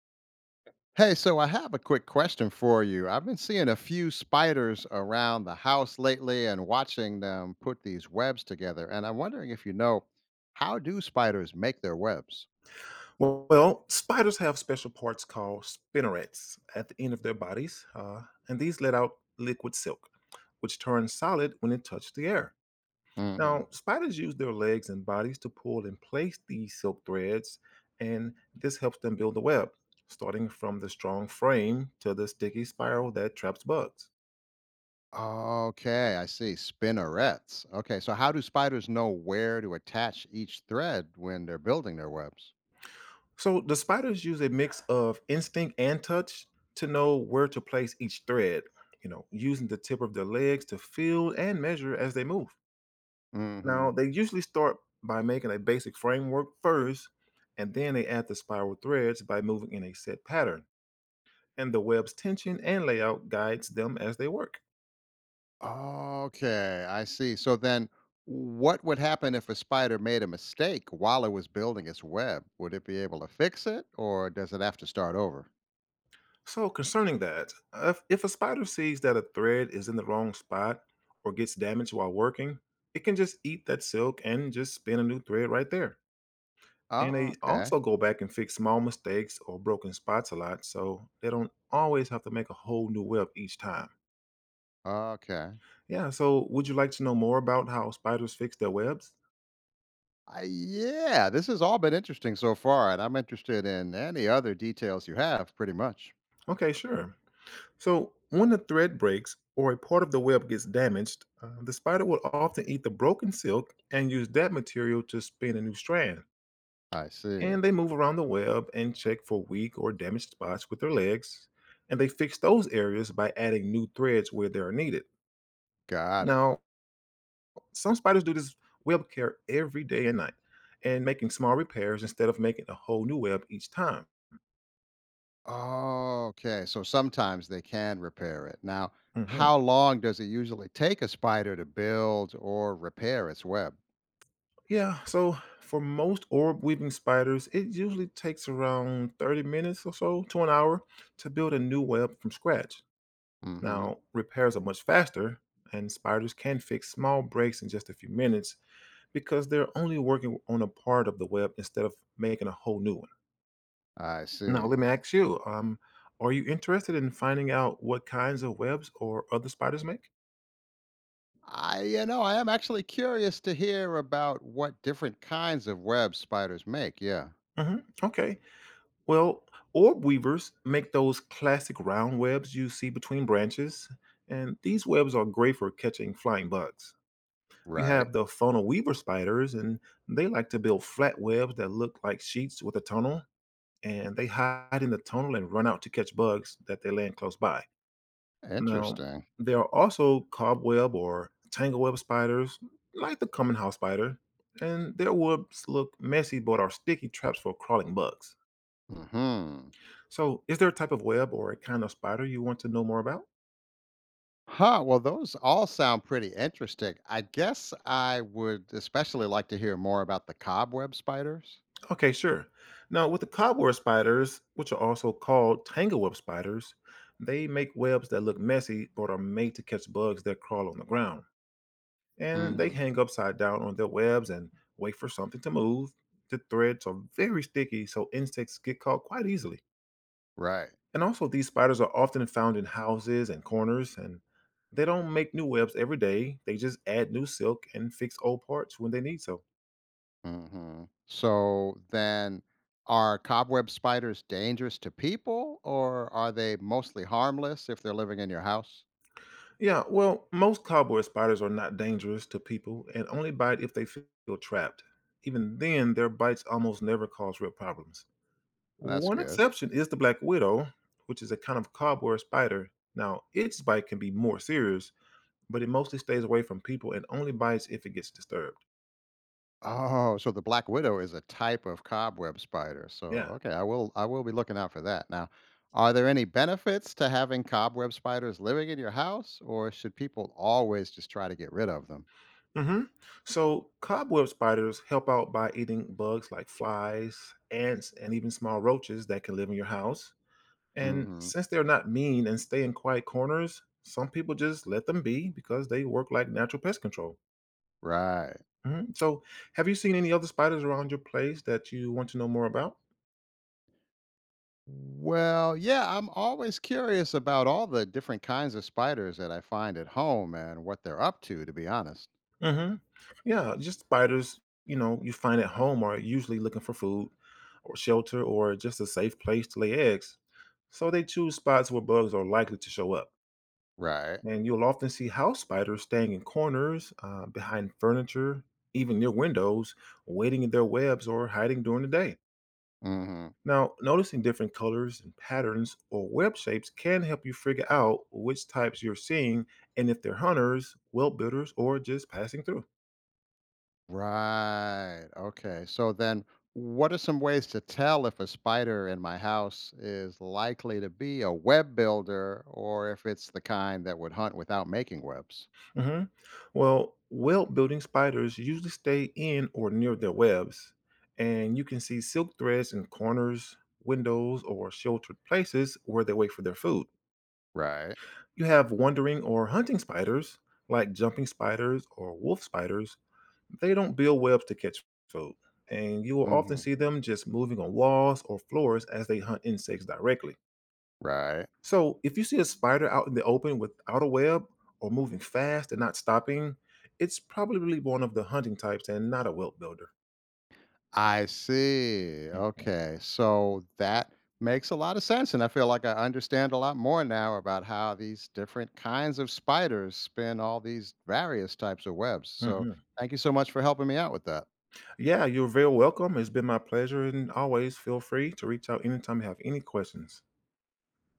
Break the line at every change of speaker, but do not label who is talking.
Hey, so I have a quick question for you. I've been seeing a few spiders around the house lately and watching them put these webs together. And I'm wondering if you know, how do spiders make their webs?
Well, spiders have special parts called spinnerets at the end of their bodies, and these let out liquid silk, which turns solid when it touches the air.
Hmm.
Now, spiders use their legs and bodies to pull and place these silk threads, and this helps them build a web, starting from the strong frame to the sticky spiral that traps bugs.
Okay, I see. Spinnerets. Okay, so how do spiders know where to attach each thread when they're building their webs?
So, the spiders use a mix of instinct and touch to know where to place each thread, using the tip of their legs to feel and measure as they move. Now,
Hmm.
they usually start by making a basic framework first, and then they add the spiral threads by moving in a set pattern. And the web's tension and layout guides them as they work.
Okay, I see. So then, what would happen if a spider made a mistake while it was building its web? Would it be able to fix it, or does it have to start over?
So, concerning that, if a spider sees that a thread is in the wrong spot or gets damaged while working, it can just eat that silk and just spin a new thread right there. And
Oh,
they
okay,
also go back and fix small mistakes or broken spots a lot, so they don't always have to make a whole new web each time.
okay.
Yeah, so would you like to know more about how spiders fix their webs?
Yeah, this has all been interesting so far, and I'm interested in any other details you have, pretty much.
Okay, sure. So, when the thread breaks or a part of the web gets damaged, the spider will often eat the broken silk and use that material to spin a new strand.
I see.
And they move around the web and check for weak or damaged spots with their legs. And they fix those areas by adding new threads where they are needed.
Got it.
Now, some spiders do this web care every day and night and making small repairs instead of making a whole new web each time.
Okay, so sometimes they can repair it. Now,
Mhm.
how long does it usually take a spider to build or repair its web?
Yeah, so for most orb weaving spiders, it usually takes around 30 minutes or so to an hour to build a new web from scratch.
Mm hmm.
Now, repairs are much faster, and spiders can fix small breaks in just a few minutes because they're only working on a part of the web instead of making a whole new one.
I
Now, let
see.
me ask you, are you interested in finding out what kinds of webs or other spiders make?
I am actually curious to hear about what different kinds of web spiders make. Yeah,
Hmm. Okay. Well, orb weavers make those classic round webs you see between branches, and these webs are great for catching flying bugs. You
right.
have the funnel weaver spiders, and they like to build flat webs that look like sheets with a tunnel, and they hide in the tunnel and run out to catch bugs that they land close by. Now,
Interesting.
there are also cobweb or tangleweb spiders, like the common house spider, and their webs look messy but are sticky traps for crawling bugs.
Hmm.
So, is there a type of web or a kind of spider you want to know more about?
Huh. Well, those all sound pretty interesting. I guess I would especially like to hear more about the cobweb spiders.
Okay, sure. Now, with the cobweb spiders, which are also called tangleweb spiders, they make webs that look messy but are made to catch bugs that crawl on the ground. And they
Hmm.
hang upside down on their webs and wait for something to move. The threads are very sticky, so insects get caught quite easily.
Right.
And also, these spiders are often found in houses and corners, and they don't make new webs every day. They just add new silk and fix old parts when they need so.
Hmm. So then, are cobweb spiders dangerous to people, or are they mostly harmless if they're living in your house?
Yeah, well, most cowboy spiders are not dangerous to people and only bite if they feel trapped. Even then, their bites almost never cause real problems.
That's
One
good.
exception is the black widow, which is a kind of cowboy spider. Now, its bite can be more serious, but it mostly stays away from people and only bites if it gets disturbed.
Oh, so the black widow is a type of cobweb spider. So
Yeah.
okay, I will be looking out for that. Now, are there any benefits to having cobweb spiders living in your house, or should people always just try to get rid of them?
Mm-hmm. So, cobweb spiders help out by eating bugs like flies, ants, and even small roaches that can live in your house. And
Hmm.
since they're not mean and stay in quiet corners, some people just let them be because they work like natural pest control.
Right.
Mhm. So, have you seen any other spiders around your place that you want to know more about?
Well, yeah, I'm always curious about all the different kinds of spiders that I find at home and what they're up to be honest.
Hmm. Yeah, just spiders, you find at home are usually looking for food or shelter or just a safe place to lay eggs. So, they choose spots where bugs are likely to show up.
Right.
And you'll often see house spiders staying in corners, behind furniture, even near windows, waiting in their webs or hiding during the day.
Hmm.
Now, noticing different colors and patterns or web shapes can help you figure out which types you're seeing and if they're hunters, welt builders, or just passing through.
Right. Okay. So then, what are some ways to tell if a spider in my house is likely to be a web builder or if it's the kind that would hunt without making webs?
Hmm. Well, welt building spiders usually stay in or near their webs, and you can see silk threads in corners, windows, or sheltered places where they wait for their food.
Right.
You have wandering or hunting spiders, like jumping spiders or wolf spiders, they don't build webs to catch food, and you will often
Hmm.
see them just moving on walls or floors as they hunt insects directly.
Right.
So, if you see a spider out in the open without a web or moving fast and not stopping, it's probably one of the hunting types and not a web builder.
I see.
Mhm.
Okay. So that makes a lot of sense. And I feel like I understand a lot more now about how these different kinds of spiders spin all these various types of webs. So
Mhm.
thank you so much for helping me out with that.
Yeah, you're very welcome. It's been my pleasure, and always feel free to reach out anytime you have any questions.